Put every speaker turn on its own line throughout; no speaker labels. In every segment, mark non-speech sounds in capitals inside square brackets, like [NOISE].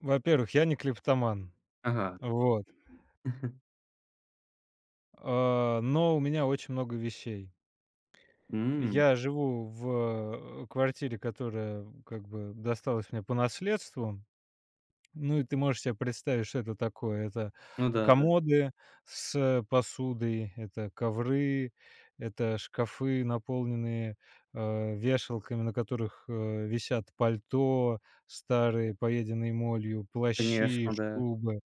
Во-первых, я не клиптоман.
Ага.
Вот.
[LAUGHS]
А, но у меня очень много вещей.
М,
Я живу в квартире, которая как бы досталась мне по наследству. Ну и ты можешь себе представить, что это такое. Это
ну да, да.
комоды с посудой, это ковры, это шкафы, наполненные, вешалками, на которых, висят пальто, старые, поеденные молью, плащи,
Конечно, да.
шубы.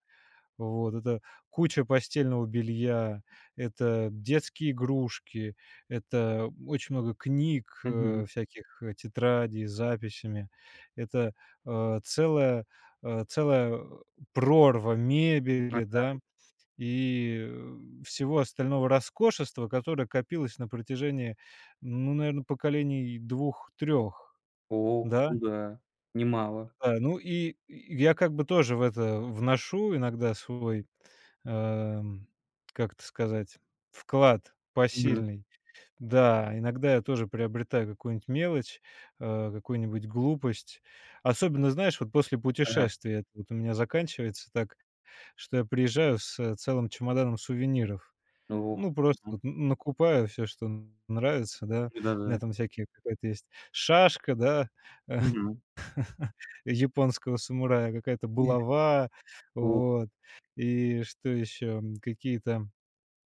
Вот, это куча постельного белья, это детские игрушки, это очень много книг,
Мгм.
всяких, тетрадей с записями, это, э, целая, целая прорва мебели,
А,
да, и, всего остального роскошества, которое копилось на протяжении, ну, наверное, поколений двух-трех,
ох,
да?
ну да, немало.
Да, ну и я как бы тоже в это вношу иногда свой, эм, как это сказать, вклад
Мгм.
посильный. Да, иногда я тоже приобретаю какую-нибудь мелочь, какую-нибудь глупость. Особенно, знаешь, вот после
Ага.
путешествия это вот у меня заканчивается так, что я приезжаю с целым чемоданом сувениров.
Ну ох,
Ну, просто
мгм.
вот н накупаю все, что нравится, да.
Ну
У меня
да-да.
там всякие какая-то есть шашка, да. [LAUGHS]
Мгм.
[LAUGHS] Японского самурая, какая-то
[LAUGHS]
булава,
Ух,
вот. И что еще? Какие-то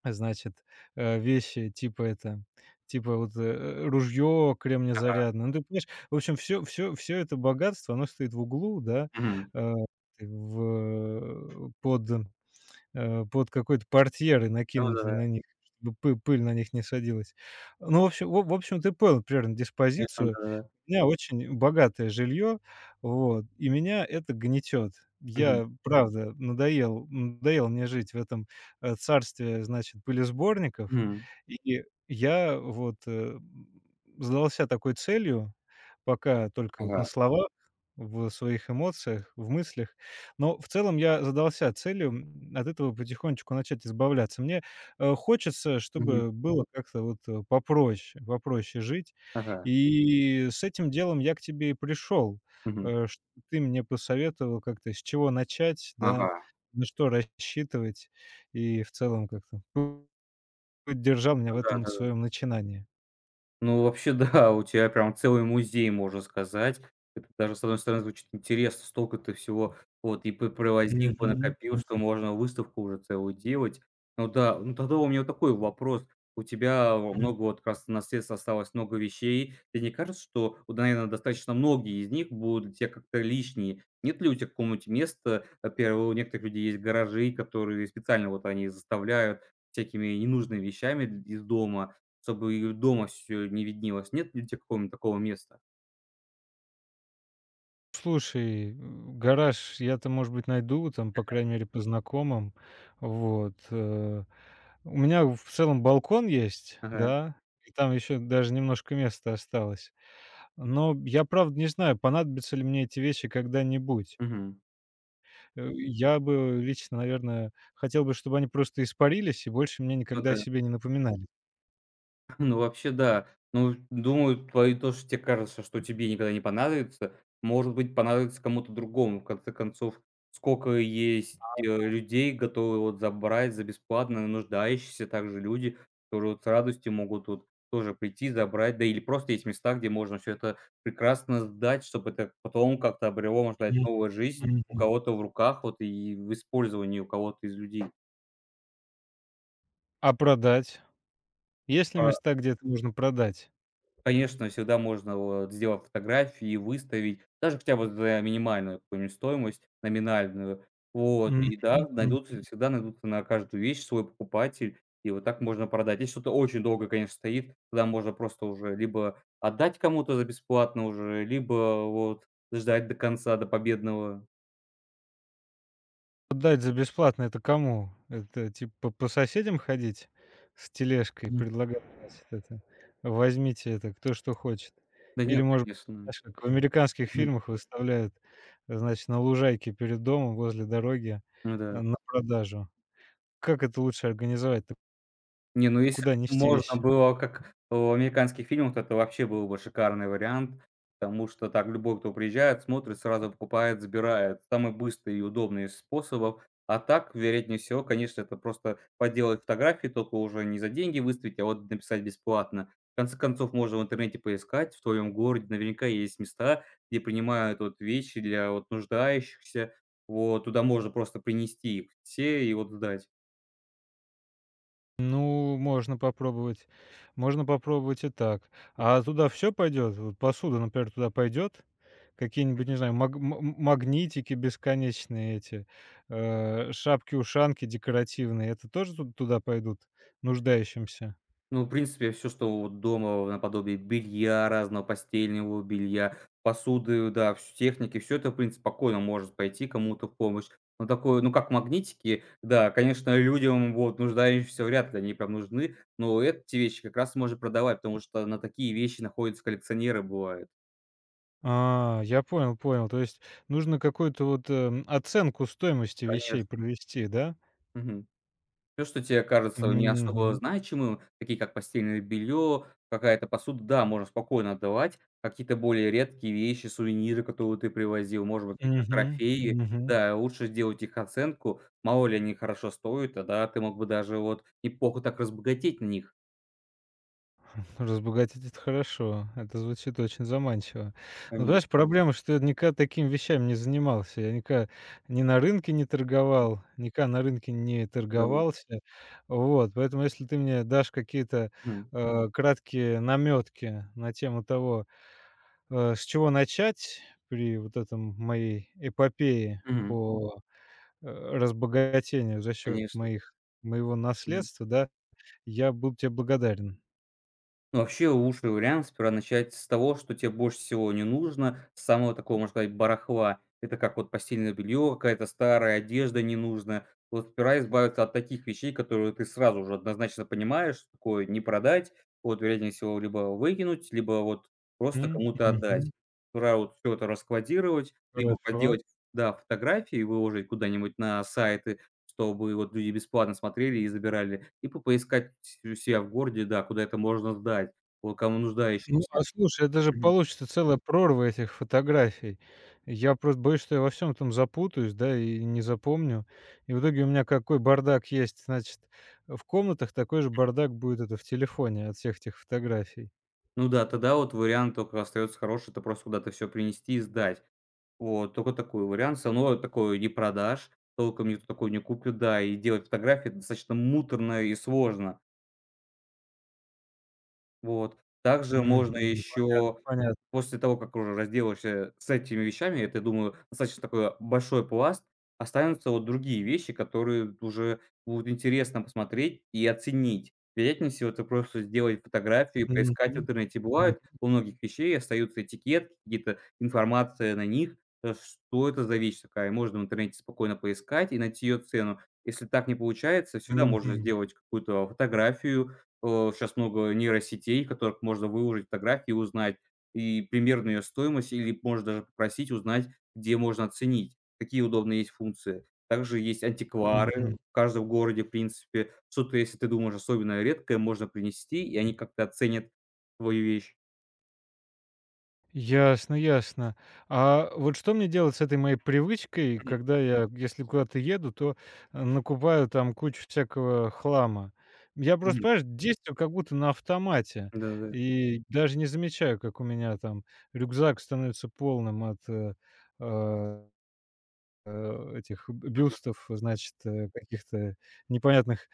значит, вещи типа это, типа вот, ружье
ага.
кремнезарядное. Ну, ты понимаешь, в общем, все это богатство, оно стоит в углу, да,
Мгм.
э, в э, под какой-то портьерой,
Ну да,
накинутой
да
на них, чтобы пы пыль на них не садилась. Ну, в общем, ты понял примерно
конечно,
диспозицию.
да-да-да.
У меня очень богатое жилье, вот, и меня это гнетет.
Мгм.
Я, правда, надоел мне жить в этом, царстве, значит, пылесборников.
Мгм.
И я вот, задался такой целью, пока только вот на
Ага.
словах, в своих эмоциях, в мыслях, но в целом я задался целью, от этого потихонечку начать избавляться. Мне, хочется,
Мгм.
чтобы было как-то вот, попроще жить.
Ага.
И с этим делом я к тебе и пришел,
Мгм.
что ты мне посоветовал как-то, с чего начать, да,
Ага.
на что рассчитывать, и в целом как-то поддержал меня
Ну
в
да,
этом
да-да.
своем начинании.
Ну, вообще, [LAUGHS] да, у тебя прям целый музей, можно сказать. Это даже, с одной стороны, звучит интересно, столько ты всего вот и п привозил,
Мгм.
понакопил, что можно выставку уже целую делать. Ну да, ну тогда у меня вот такой вопрос. У тебя во много вот как раз наследства осталось, много вещей. Тебе не кажется, что, вот, наверное, достаточно многие из них будут для как-то лишние? Нет ли у тебя какого-нибудь места? Во-первых, у некоторых людей есть гаражи, которые специально вот они заставляют всякими ненужными вещами из дома, чтобы и дома всё не виднелось. Нет ли у тя какого-нибудь такого места?
Слушай, гараж я-то, может быть, найду, там, по крайней мере, по знакомым. Вот. У меня в целом балкон есть,
Ага.
да, и там еще даже немножко места осталось. Но я, правда, не знаю, понадобятся ли мне эти вещи когда-нибудь.
Мгм.
Э, я бы лично, наверное, хотел бы, чтобы они просто испарились и больше мне
Ну
никогда о
да.
себе не напоминали.
Ну, вообще, да. Ну, думаю, твои то, что те кажется, что тебе никогда не понадобится, может быть, понадобится кому-то другому. В конце концов, сколько есть людей, готовы вот забрать за бесплатно, нуждающиеся также люди, которые вот с радостью могут вот тоже прийти, забрать, да, или просто есть места, где можно все это прекрасно сдать, чтобы это потом как-то обрело, можно сказать,
Мгм,
новую жизнь у
мгм.
кого-то в руках, вот и в использовании у кого-то из людей.
А продать? Есть ли места, где это можно продать?
Конечно, всегда можно, вот, сделав фотографии, и выставить, даже хотя бы за минимальную какую-нибудь стоимость, номинальную. Вот,
Мгм.
и да, найдутся, всегда найдутся на каждую вещь свой покупатель, и вот так можно продать. Если что-то очень долго, конечно, стоит, тогда можно просто уже либо отдать кому-то за бесплатно уже, либо вот ждать до конца, до победного.
Отдать за бесплатно — это кому? Это типа по соседям ходить с тележкой,
Мгм.
предлагать, значит, это: «Возьмите это, кто что хочет».
Да
Или,
нет,
может быть,
конечно.
знаешь, как в американских
[LAUGHS]
фильмах выставляют, значит, на лужайке перед домом, возле дороги,
Ну да.
на продажу. Как это лучше организовать-то?
Не, ну если б
Куда нести
можно
вещи?
было, как в американских фильмах, то это вообще был бы шикарный вариант, потому что так любой, кто приезжает, смотрит, сразу покупает, забирает. Самый быстрый и удобный из способов. А так, вероятнее всего, конечно, это просто поделать фотографии, только уже не за деньги выставить, а вот написать бесплатно. В конце концов, можно в интернете поискать, в твоем городе наверняка есть места, где принимают вот вещи для вот нуждающихся. Вот, туда можно просто принести их все и вот сдать.
Ну, можно попробовать. Можно попробовать и так. А туда все пойдет? Вот, посуда, например, туда пойдет? Какие-нибудь, не знаю, магнитики бесконечные эти, шапки-ушанки декоративные — это тоже ту туда пойдут, нуждающимся?
Ну, в принципе, все, что вот дома наподобие белья, разного постельного белья, посуды, да, вс техники, все это, в принципе, спокойно может пойти кому-то в помощь. Но такое, ну, как магнитики, да, конечно, людям, вот, нуждающимся, вряд ли они прям нужны, но эти вещи как раз можно продавать, потому что на такие вещи находятся коллекционеры, бывает.
А, я понял, понял. То есть нужно какую-то вот, оценку стоимости вещей
Конечно.
провести, да?
Мгм. Все, что тебе кажется не особо
Мгм.
значимым, такие как постельное белье, какая-то посуда, да, можно спокойно отдавать. Какие-то более редкие вещи, сувениры, которые ты привозил, может быть, какие-то
Мгм.
трофеи.
Мгм.
Да, лучше сделать их оценку. Мало ли они хорошо стоят, тогда ты мог бы даже вот неплохо так разбогатеть на них.
Разбогатеть — это хорошо. Это звучит очень заманчиво. Но
Конечно,
понимаешь, проблема, что я никогда такими вещами не занимался. Я никогда ни на рынке не торговал, никогда на рынке не
да.
торговался. Вот, поэтому если ты мне дашь какие-то,
Мгм.
краткие намётки на тему того, с чего начать при вот этом моей эпопее
Мгм.
по, разбогатению за счет
Конечно.
моих моего
Мгм.
наследства, да, я буду тебе благодарен.
Ну, вообще, лучший вариант сперва начать с того, что тебе больше всего не нужно, с самого такого, можно сказать, барахла. Это как вот постельное белье, какая-то старая одежда ненужная. Вот сперва избавиться от таких вещей, которые ты сразу же однозначно понимаешь, что такое не продать, вот, вероятнее всего, либо выкинуть, либо вот просто
М,
кому-то
мгм.
отдать. Сперва вот все это раскладировать, либо
Хорошо.
поделать, да, фотографии, выложить куда-нибудь на сайты, чтобы вот люди бесплатно смотрели и забирали, и по поискать у себя в городе, да, куда это можно сдать, вот кому
Ну, а
нуждающимся.
слушай, это же
Мгм.
получится целая прорва этих фотографий. Я просто боюсь, что я во всем там запутаюсь, да, и не запомню. И в итоге у меня какой бардак есть, значит, в комнатах, такой же бардак будет это в телефоне от всех этих фотографий.
Ну да, тогда вот вариант только остается хороший — это просто куда-то все принести и сдать. Вот, только такой вариант. Все равно такое не продашь, толком никто такое не купит, да, и делать фотографии — достаточно муторно и сложно. Вот. Также
Мгм.
можно
Понятно,
еще,
понятно.
после того как уже разделаешься с этими вещами, это, думаю, достаточно такой большой пласт, останутся вот другие вещи, которые уже будут интересно посмотреть и оценить. Вероятнее всего, это просто сделать фотографии, поискать в
Мгм.
интернете.
Мгм.
Бывает, у многих вещей остаются этикетки, какие-то информация на них, что это за вещь такая. Можно в интернете спокойно поискать и найти ее цену. Если так не получается, всегда можно
Мгм.
сделать какую-то фотографию. Щас много нейросетей, в которых можно выложить фотографии и узнать и примерно её стоимость, или можно даже попросить узнать, где можно оценить, какие удобные есть функции. Также есть антиквары
Мгм.
в каждом городе, в принципе. Что-то, если ты думаешь особенно редкое, можно принести, и они как-то оценят твою вещь.
Ясно, ясно. А вот что мне делать с этой моей привычкой,
Мгм,
когда я, если куда-то еду, то накупаю там кучу всякого хлама? Я просто,
мгм.
понимаешь, действую как будто на автомате
Да-да.
и даже не замечаю, как у меня там рюкзак становится полным от э, этих б
Мгм.
бюстов, значит, каких-то непонятных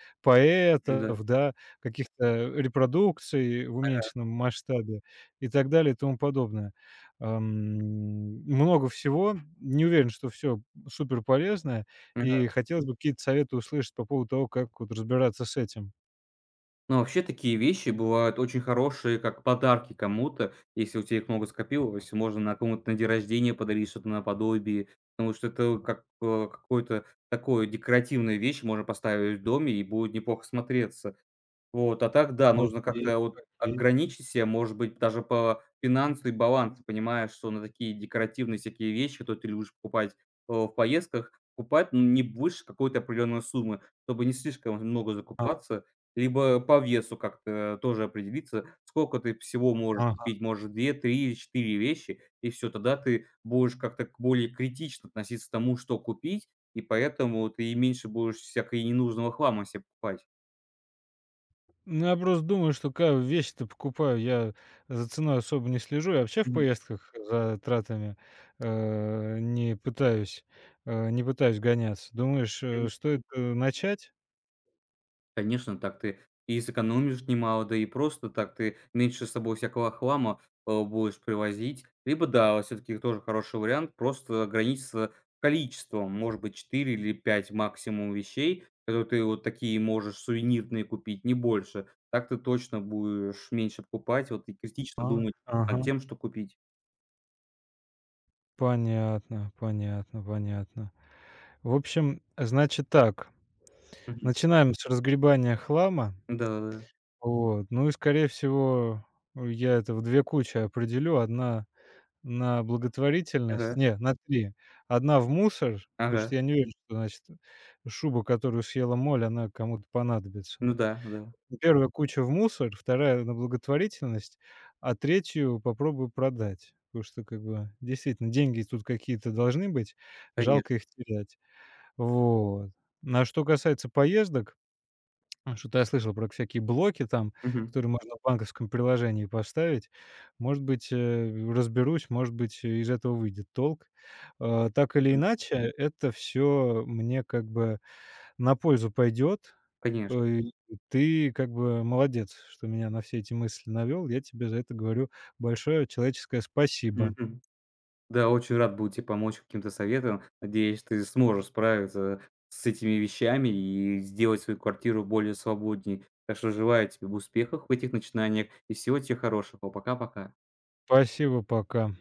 Да.
поэтов, да, каких-то репродукций в
Ага.
уменьшенном масштабе и так далее и тому подобное. Ам, Много всего. Не уверен, что все супер полезное, и хотелось бы какие-то советы услышать по поводу того, как вот разбираться с этим.
Но вообще такие вещи бывают очень хорошие, как подарки кому-то. Если у тебя их много скопилось, можно на кому-то на день рождения подарить что-то наподобие. Потому что это как какое-то такое декоративная вещь, можно поставить в доме и будет неплохо смотреться. Вот, а так да, нужно
Окей,
как-то вот
окей.
ограничить себя, может быть, даже по финансу и балансу, понимая, что на такие декоративные всякие вещи, которые ты любишь покупать, в поездках, покупать, ну, не больше какой-то определенной суммы, чтобы не слишком много
А,
закупаться, либо по весу как-то тоже определиться, сколько ты всего можешь
ага.
купить, может, 2, 3, или 4 вещи, и все тогда ты будешь как-то к более критично относиться к тому, что купить, и поэтому ты и меньше будешь всякой ненужного хлама себе покупать.
Ну, я просто думаю, что какую вещи то покупаю, я за ценой особо не слежу. Я вообще в поездках за тратами, э, не пытаюсь, не пытаюсь гоняться. Думаешь,
Мгм.
стоит, начать?
Конечно, так ты и сэкономишь немало, да и просто так ты меньше с собой всякого хлама, будешь привозить. Либо да, все таки тоже хороший вариант просто ограничиться количеством, может быть, 4 или 5 максимум вещей, которые ты вот такие можешь сувенирные купить, не больше. Так ты точно будешь меньше покупать, вот, и критично
А,
думать над
ага.
тем, что купить.
Понятно, понятно, понятно. В общем, значит так,
Мгм.
начинаем с разгребания хлама.
Да-да-да.
Вот. Ну и, скорее всего, я это в 2 кучи определю. Одна. На благотворительность?
Ага,
Не, на три, одна в мусор, потому что
ага.
я не уверен, что, значит, шуба, которую съела моль, она кому-то понадобится.
Ну да, да,
Первая куча в мусор, вторая на благотворительность, а третью попробую продать. Потому что, как бы, действительно, деньги тут какие-то должны быть, жалко
конечно.
их терять. Вот. А что касается поездок, что-то я слышал про всякие блоки там,
Мгм,
которые можно в банковском приложении поставить. Может быть, разберусь, может быть, из этого выйдет толк. Так или
мгм.
иначе, это все мне как бы на пользу пойдет.
Конечно.
Э, Ты как бы молодец, что меня на все эти мысли навел. Я тебе за это говорю большое человеческое спасибо.
Мгм. Да, очень рад буду тебе помочь каким-то советом. Надеюсь, ты сможешь справиться с этими вещами и сделать свою квартиру более свободней. Так что желаю тебе успехов в этих начинаниях и всего тебе хорошего. Пока-пока.
Спасибо, пока.